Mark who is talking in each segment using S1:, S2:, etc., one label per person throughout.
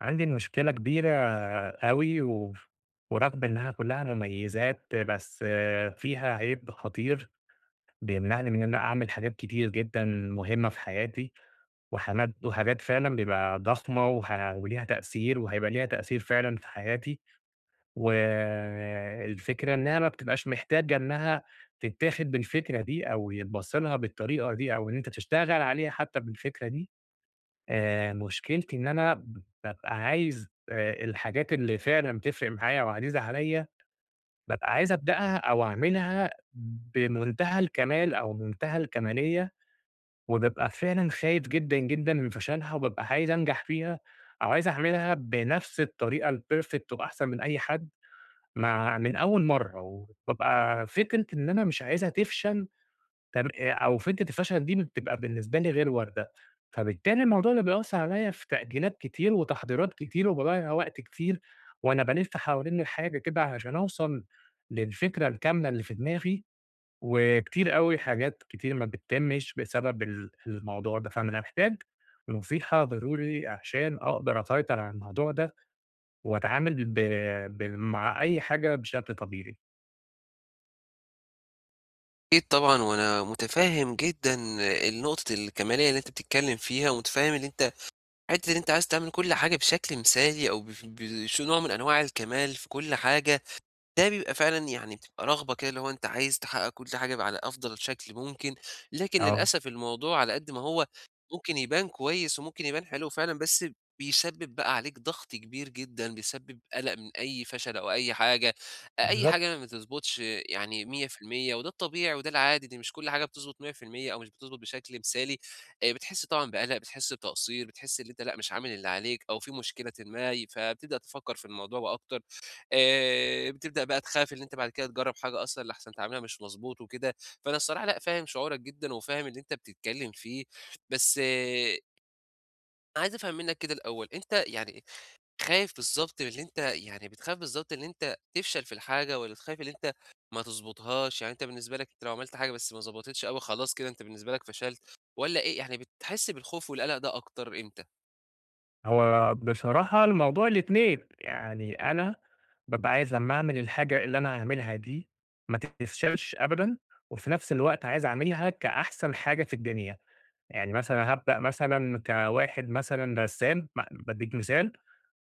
S1: عندي مشكلة كبيرة أوي ورغم إنها كلّها مميزات، بس فيها عيب خطير بيمنعني من إن أنا أعمل حاجات كتير جدًا مهمة في حياتي، وحاجات فعلًا بيبقى ضخمة وليها تأثير، وهيبقى ليها تأثير فعلًا في حياتي، والفكرة إنها ما بتبقاش محتاجة إنها تتاخد بالفكرة دي، أو يتبص لها بالطريقة دي، أو إن أنت تشتغل عليها حتى بالفكرة دي. مشكلتي إن أنا بابقى عايز الحاجات اللي فعلًا بتفرق معايا وعزيزة عليّا، بابقى عايز أبدأها أو أعملها بمنتهى الكمال أو منتهى الكمالية، وبابقى فعلًا خايف جدًا، جدًا من فشلها، وبابقى عايز أنجح فيها، أو عايز أعملها بنفس الطريقة الperfect وأحسن من أي حد، مع من أول مرّة، وبابقى فكرة إن أنا مش عايزها تفشل. تم أو فكرة الفشل دي بتبقى بالنسبة لي غير واردة، فبالتالي الموضوع ده بيأثّر عليَّ في تأجيلات كتير وتحضيرات كتير، وباضيّع وقت كتير، وأنا بالِف حوالين الحاجة كده علشان أوصل للفكرة الكاملة اللي في دماغي، وكتير أوي حاجات كتير ما بتتمِّش بسبب الموضوع ده، فأنا محتاج نصيحة ضروري عشان أقدر أسيطر على الموضوع ده، وأتعامل ب مع أي حاجة بشكل طبيعي.
S2: أكيد طبعًا، وأنا متفهم جدًا النقطة الكمالية اللي أنت بتتكلم فيها، ومتفهم إن أنت حتة إن أنت عايز تعمل كل حاجة بشكل مثالي أو بف بش نوع من أنواع الكمال في كل حاجة، ده بيبقى فعلًا يعني بتبقى رغبة كده اللي هو أنت عايز تحقق كل حاجة على أفضل شكل ممكن، لكن
S1: آه.
S2: للأسف الموضوع على قد ما هو ممكن يبان كويس وممكن يبان حلو فعلًا، بس بيسبب بقى عليك ضغط كبير جدًا، بيسبب قلق من أي فشل أو أي حاجة، أي
S1: بالضبط.
S2: حاجة ما بتضبطش يعني 100% وده الطبيعي وده العادي، دي مش كل حاجة بتضبط 100% أو مش بتضبط بشكل مثالي، بتحس طبعًا بقلق، بتحس بتقصير، بتحس إن أنت لأ، مش عامل اللي عليك أو في مشكلةٍ ما، فبتبدأ تفكر في الموضوع أكتر. بتبدأ بقى تخاف إن أنت بعد كده تجرّب حاجة أصلًا لأحسن تعملها مش مضبوط وكده، فأنا الصراحة لأ، فاهم شعورك جدًا وفاهم اللي أنت بتتكلم فيه، بس عايز أفهم منّك كده الأول، أنت يعني خايف بالضبط من اللي أنت يعني بتخاف بالضبط إن أنت تفشل في الحاجة والّا تخاف إن أنت ما تضبطهاش؟ يعني أنت بالنسبة لك أنت لو عملت حاجة بس ما ضبطتش أوي خلاص كده أنت بالنسبة لك فشلت والّا إيه؟ يعني بتحس بالخوف والقلق ده أكتر إمتى؟
S1: هو بصراحة الموضوع الاتنين، يعني أنا بابقى عايز لمّا أعمل الحاجة اللي أنا هاعملها دي ما تفشلش أبدًا، وفي نفس الوقت عايز أعملها كأحسن حاجة في الدنيا، يعني مثلًا هابدأ مثلًا كواحد مثلًا رسام، بادّيك مثال،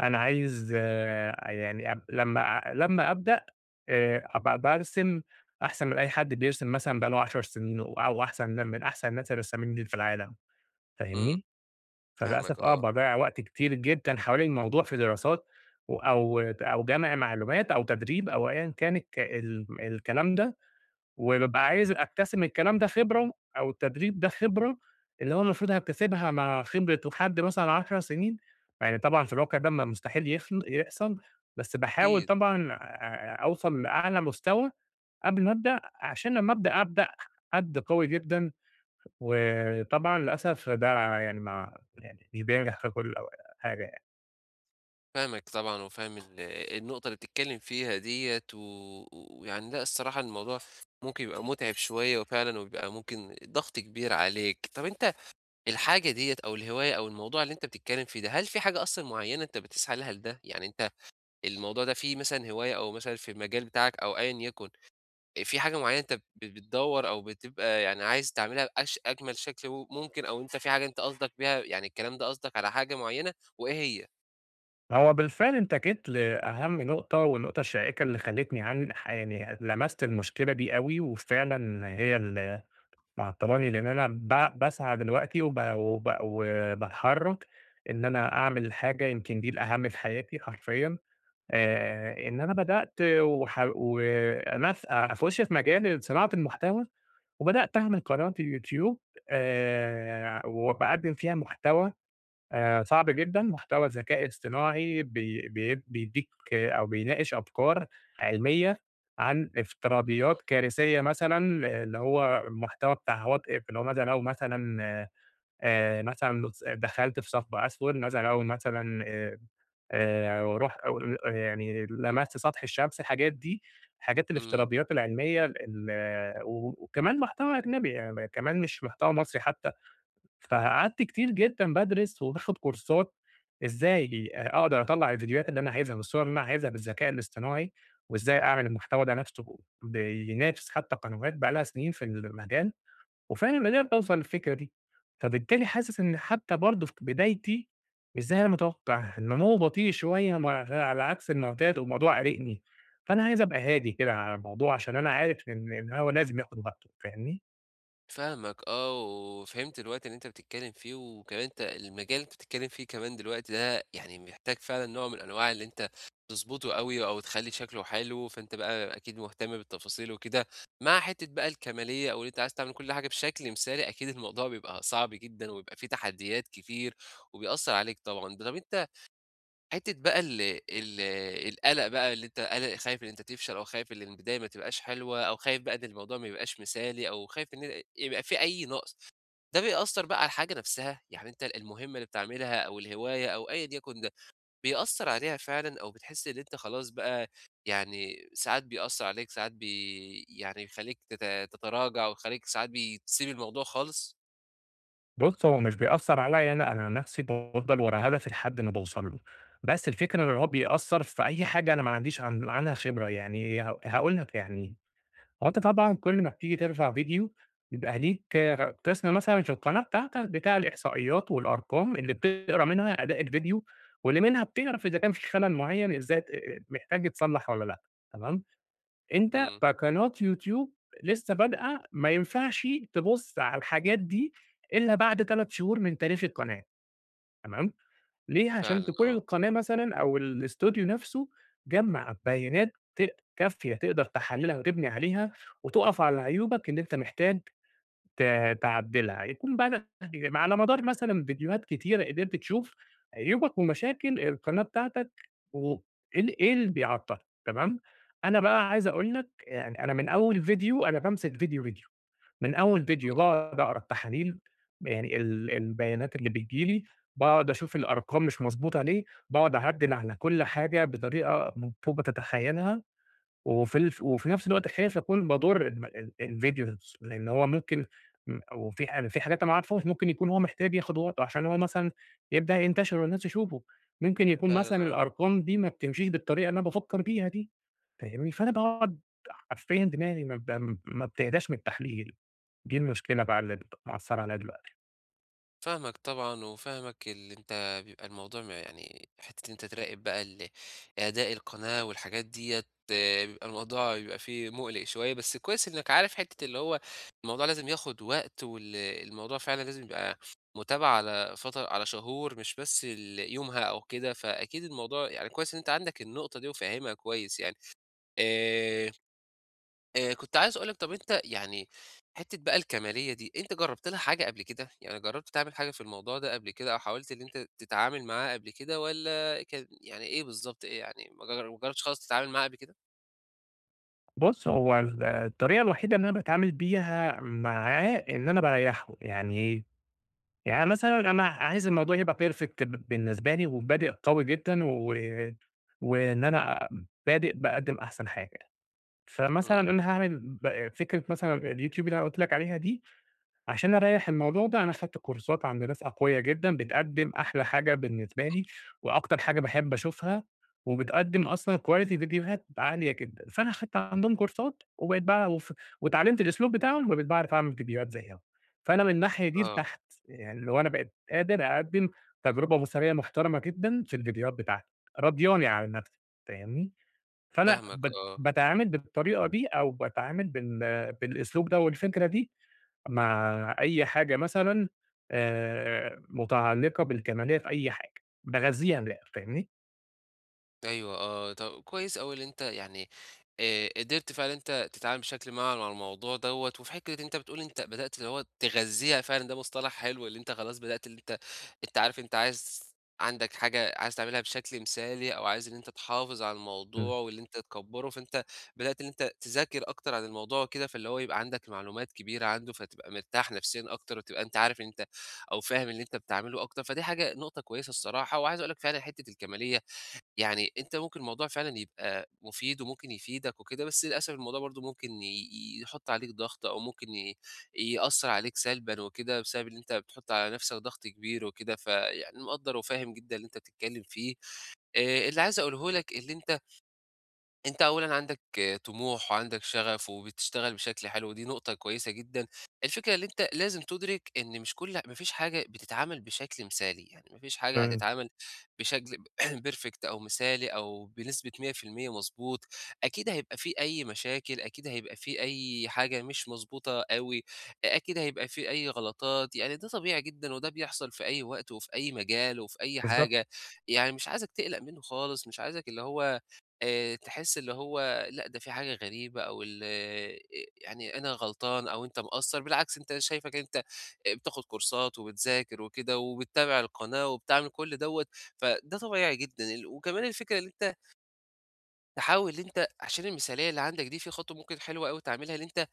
S1: أنا عايز يعني لمّا لمّا أبدأ أبقى بارسم أحسن من أي حد بيرسم مثلًا بقى له 10 سنين، أو أحسن من أحسن الناس الرسّامين في العالم،
S2: إمم.
S1: فاهمني؟
S2: فاهمك
S1: فللأسف
S2: آه.
S1: باضيّع وقت كتير جدًا حوالين الموضوع في دراسات و أو أو جمع معلومات أو تدريب أو أيًا كان الكلام ده، وبابقى عايز أكتسب الكلام ده خبرة، أو التدريب ده خبرة، اللي هو المفروض هاكتسبها مع خبرة حد مثلًا 10 سنين، يعني طبعًا في الواقع ده مستحيل يحصل، بس باحاول
S2: أكيد.
S1: طبعًا أوصل لأعلى مستوى قبل ما أبدأ، عشان لمّا أبدأ، أبدأ حد قوي جدًا، وطبعًا للأسف ده يعني ما يعني مش بينجح في كل أو حاجة يعني.
S2: فاهمك طبعًا وفاهم النقطة اللي بتتكلم فيها ديّة ويعني لأ الصراحة الموضوع ممكن يبقى مُتعِب شوية وفعلًا وبيبقى ممكن ضغط كبير عليك. طَب أنت الحاجة ديّة أو الهواية أو الموضوع اللي أنت بتتكلم فيه ده، هل في حاجة أصلًا معيّنة أنت بتسعى لها لده؟ يعني أنت الموضوع ده فيه مثلًا هواية أو مثلًا في المجال بتاعك أو أيًا يكن، في حاجة معيّنة أنت بتدوّر أو بتبقى يعني عايز تعملها أجمل شكل ممكن أو أنت في حاجة أنت قصدك بيها يعني الكلام ده قصدك على حاجة معيّنة وإيه هي؟
S1: هو بالفعل أنت جيت لأهم نقطة والنقطة الشائكة اللي خلّتني عن ح يعني لمست المشكلة دي أوي، وفعلًا هي اللي معطّلاني، لإن أنا باسعى دلوقتي وب وب وباتحرّك إن أنا أعمل حاجة يمكن دي الأهم في حياتي حرفيًا. إن أنا بدأت وأنا أخُش في مجال صناعة المحتوى، وبدأت أعمل قناة يوتيوب، وباقدّم فيها محتوى صعب جدًا، محتوى ذكاء اصطناعي بي بي بيدّيك أو بيناقش أفكار علمية عن افتراضيات كارثية مثلًا، اللي هو المحتوى بتاع what if، اللي هو ماذا لو مثلًا مثلًا دخلت في ثقب أسود، ماذا لو مثلًا وأروح أو ل يعني لمَسْت سطح الشمس، الحاجات دي، حاجات
S2: إمم.
S1: الافتراضيات العلمية وكمان محتوى أجنبي، يعني كمان مش محتوى مصري حتى، فقعدت كتير جدًا بادرس وباخد كورسات إزاي أقدر أطلّع الفيديوهات اللي أنا عايزها والصور اللي أنا عايزها بالذكاء الاصطناعي، وإزاي أعمل المحتوى ده نفسه بينافس حتى قنوات بقى لها سنين في المجال. وفعلًا بدأت أوصل للفكرة دي، فبالتالي حاسس إن حتى برضه في بدايتي مش زي ما أنا متوقع، النمو بطيء شوية، مع على عكس المعتاد، والموضوع قلقني، فأنا عايز أبقى هادي كده على الموضوع، عشان أنا عارف إن هو لازم ياخد وقته، فاهمني؟
S2: فاهمك آه. وفهمت الوقت اللي أنت بتتكلّم فيه، وكمان أنت المجال اللي أنت بتتكلّم فيه كمان دلوقتي ده يعني محتاج فعلًا نوع من أنواع اللي أنت تضبطه أوي أو تخلّي شكله حلو، فأنت بقى أكيد مهتم بالتفاصيل وكده، مع حتّة بقى الكمالية أو اللي أنت عايز تعمل كل حاجة بشكل مثالي، أكيد الموضوع بيبقى صعب جدًا وبيبقى فيه تحديات كتير وبيأثّر عليك طبعًا. ده طَب أنت حتّة بقى ال ال القلق بقى اللي أنت قلق خايف إن أنت تفشل أو خايف البداية ما تبقاش حلوة أو خايف بقى إن الموضوع ما يبقاش مثالي أو خايف إن يبقى في أي نقص، ده بيأثّر بقى على الحاجة نفسها؟ يعني أنت المهمة اللي بتعملها أو الهواية أو أيًا يكن ده، بيأثّر عليها فعلًا أو بتحس إن أنت خلاص بقى يعني ساعات بيأثّر عليك، ساعات يعني بيخلّيك تتراجع ويخلّيك ساعات بتسيب الموضوع خالص؟
S1: بُص، هو مش بيأثّر عليّا أنا، أنا نَفْسي بافضل ورا هدفي لحد ما باوصل له، بس الفكرة إن هو بيأثّر في أي حاجة أنا ما عنديش عنها خبرة، يعني هاقول لك يعني، هو أنت طبعًا كل ما بتيجي ترفع فيديو، بيبقى ليك قسم مثلًا في القناة بتاعتك بتاع الإحصائيات والأرقام اللي بتقرا منها أداء الفيديو، واللي منها بتعرف إذا كان في خلل معيّن، إزاي محتاج يتصلّح والّا لأ، تمام؟ أنت
S2: إمم.
S1: كقناة يوتيوب لسه بادئة ما ينفعش تبُص على الحاجات دي إلا بعد 3 شهور من تاريخ القناة، تمام. ليه؟ عشان
S2: فعلًا
S1: تكون
S2: آه.
S1: القناة مثلًا أو الإستوديو نفسه جمّع بيانات كافية تقدر تحلّلها وتبني عليها، وتُقف على عيوبك اللي أنت محتاج ت تعدّلها، يكون بقى يعني على مدار مثلًا فيديوهات كتيرة قدرت تشوف عيوبك ومشاكل القناة بتاعتك، وإيه إيه اللي بيعطّلك، تمام؟ أنا بقى عايز أقول لك يعني، أنا من أول فيديو أنا بامسك فيديو، فيديو. من أول فيديو
S2: إمم.
S1: باقعد أقرا التحاليل، يعني البيانات اللي بتيجي لي، باقعد أشوف الأرقام مش مضبوطة ليه، باقعد أعدِّل على كل حاجة بطريقة فوق ما تتخيّلها، وفي نفس الوقت خايف أكون باضُر الم ال الفيديو نفسه، لإن هو ممكن، وفي ح في حاجات أنا ما أعرفهاش، ممكن يكون هو محتاج ياخد وقته عشان هو مثلًا يبدأ ينتشر والناس تشوفه، ممكن يكون مثلًا
S2: فعلًا.
S1: الأرقام دي ما بتمشيش بالطريقة اللي أنا بافكّر بيها دي، فاهمني؟ فأنا باقعد حرفيًا دماغي ما بتهداش من التحليل. دي المشكلة بقى اللي مأثّرة عليّا دلوقتي.
S2: فاهمك طبعًا، وفاهمك اللي أنت بيبقى الموضوع يعني حتّة إن أنت تراقب بقى أداء القناة والحاجات ديّة، بيبقى الموضوع بيبقى فيه مُقلق شوية، بس كويس إنّك عارف حتّة اللي هو الموضوع لازم ياخُد وقت، وال الموضوع فعلًا لازم يبقى متابعة على فتر على شهور مش بس يومها أو كده، فأكيد الموضوع يعني كويس إن أنت عندك النقطة دي وفاهمها كويس يعني. آآ كنت عايز أقول لك طَب أنت يعني حتّة بقى الكمالية دي، أنت جرّبت لها حاجة قبل كده؟ يعني جرّبت تعمل حاجة في الموضوع ده قبل كده أو حاولت إن أنت تتعامل معاه قبل كده والّا كان يعني إيه بالضبط، إيه يعني ما جرّبتش خالص تتعامل معاه قبل كده؟
S1: بُص، هو الطريقة الوحيدة اللي أنا باتعامل بيها معاه إن أنا باريّحه، يعني إيه، يعني مثلًا أنا عايز الموضوع يبقى perfect بالنسبة لي، وبادئ قوي جدًا، وإن أنا بادئ باقدّم أحسن حاجة. فمثلًا
S2: إمم.
S1: أنا هاعمل فكرة مثلًا الYouTube اللي أنا قُلت لك عليها دي، عشان أريّح الموضوع ده أنا خدت كورسات عند ناس أقويا جدًا، بتقدّم أحلى حاجة بالنسبة لي، وأكتر حاجة باحب أشوفها، وبتقدّم أصلًا quality فيديوهات عالية جدًا، فأنا خدت عندهم كورسات، وبقيت بقى واتعلّمت الأسلوب بتاعهم، وبقيت باعرف أعمل فيديوهات زيّهم، فأنا من الناحية دي
S2: آه.
S1: ارتحت، يعني اللي هو أنا بقيت قادر أقدّم تجربة بصرية محترمة جدًا في الفيديوهات بتاعتي، راضياني عن نفسي، فاهمني؟ فأنا
S2: فاهمك، آه.
S1: باتعامل بالطريقة دي، أو باتعامل بالأسلوب ده والفكرة دي مع أي حاجة مثلًا متعلقة بالكمالية في أي حاجة، باغذّيها من الآخر، فاهمني؟
S2: أيوه آه، طب كويس أوي اللي أنت يعني قدرت فعلًا أنت تتعامل بشكل ما مع الموضوع دوّة، وفي حتّة أنت بتقول أنت بدأت اللي هو تغذيها فعلًا ده مصطلح حلو، اللي أنت خلاص بدأت اللي أنت أنت عارف أنت عايز عندك حاجة عايز تعملها بشكل مثالي أو عايز إن أنت تحافظ على
S1: إمم،
S2: الموضوع واللي أنت تكبّره، فأنت بدأت إن أنت تذاكر أكتر عن الموضوع وكده، فاللي هو يبقى عندك معلومات كبيرة عنده، فتبقى مرتاح نفسيًا أكتر وتبقى أنت عارف ان أنت أو فاهم اللي أنت بتعمله أكتر، فدي حاجة نقطة كويسة الصراحة، وعايز أقول لك فعلًا حتّة الكمالية يعني أنت ممكن الموضوع فعلًا يبقى مفيد وممكن يفيدك وكده، بس للأسف الموضوع برضه ممكن يحُط عليك ضغط أو ممكن يأثّر عليك سلبًا وكده، بسبب إن أنت بتحُط على نَفْسك ضغط كبير وكده، فيعني مقدّر وفاهم جدًا اللي أنت بتتكلّم فيه. اللي عايز أقوله لك اللي أنت أنت أولًا عندك طموح وعندك شغف وبتشتغل بشكل حلو، ودي نقطة كويسة جدًا. الفكرة اللي أنت لازم تُدرك إن مش كل ما فيش حاجة بتتعمل بشكل مثالي، يعني ما فيش حاجة
S1: إمم،
S2: هتتعمل بشكل perfect أو مثالي أو بنسبة 100% مضبوط، أكيد هيبقى في أي مشاكل، أكيد هيبقى في أي حاجة مش مضبوطة أوي، أكيد هيبقى في أي غلطات، يعني ده طبيعي جدًا وده بيحصل في أي وقت وفي أي مجال وفي أي
S1: بالضبط،
S2: حاجة، يعني مش عايزك تقلق منه خالص، مش عايزك اللي هو تحس اللي هو لأ، ده في حاجة غريبة أو ال يعني أنا غلطان أو أنت مقصّر، بالعكس أنت شايفك أنت بتاخد كورسات وبتذاكر وكده وبتتابع القناة وبتعمل كل دوّة، فده طبيعي جدًا. وكمان الفكرة اللي أنت تحاول إن أنت عشان المثالية اللي عندك دي، في خطوة ممكن حلوة أوي تعملها، اللي أنت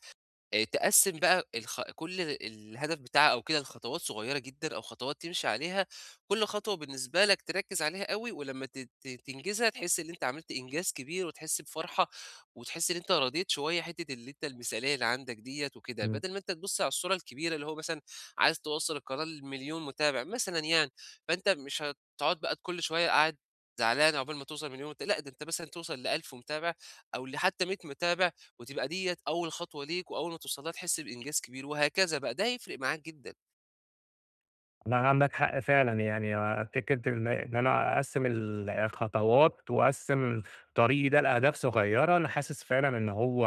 S2: تقسّم بقى كل الهدف بتاعها أو كده لخطوات صغيّرة جدًا أو خطوات تمشي عليها، كل خطوة بالنسبة لك تركّز عليها أوي ولمّا ت ت تنجزها تحس إن أنت عملت إنجاز كبير وتحس بفرحة، وتحس إن أنت رضيت شوية حتّة اللي أنت المثالية اللي عندك ديّة وكده،
S1: إمم.
S2: بدل ما أنت تبُص على الصورة الكبيرة اللي هو مثلًا عايز توصّل القناة ل1.000.000 متابع مثلًا يعني، فأنت مش هتقعد بقى كل شوية قاعد زعلان عقبال ما توصل ل1.000.000 لأ ده أنت مثلًا توصل ل1000 متابع أو لحتّى 100 متابع وتبقى ديّة أول خطوة ليك، وأول ما توصل لها تحس بإنجاز كبير، وهكذا بقى، ده هيفرق معاك جدًا.
S1: لأ عندك حق فعلًا، يعني فكرة إن أنا أقسّم الخطوات وأقسّم طريقي ده لأهداف صغيّرة، أنا حاسس فعلًا إن هو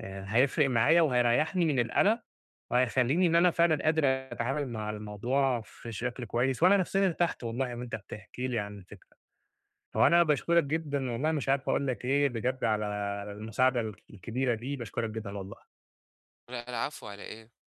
S1: هيفرق معايا وهيريّحني من القلق، وهيخلّيني إن أنا فعلًا قادر أتعامل مع الموضوع في شكل كويس، وأنا نفسيًا ارتحت والله وأنت بتحكي لي عن الفكرة. هو أنا باشكرك جدًا والله، مش عارف أقول لك إيه بجد على المساعدة الكبيرة دي، باشكرك جدًا والله.
S2: لأ العفو على إيه؟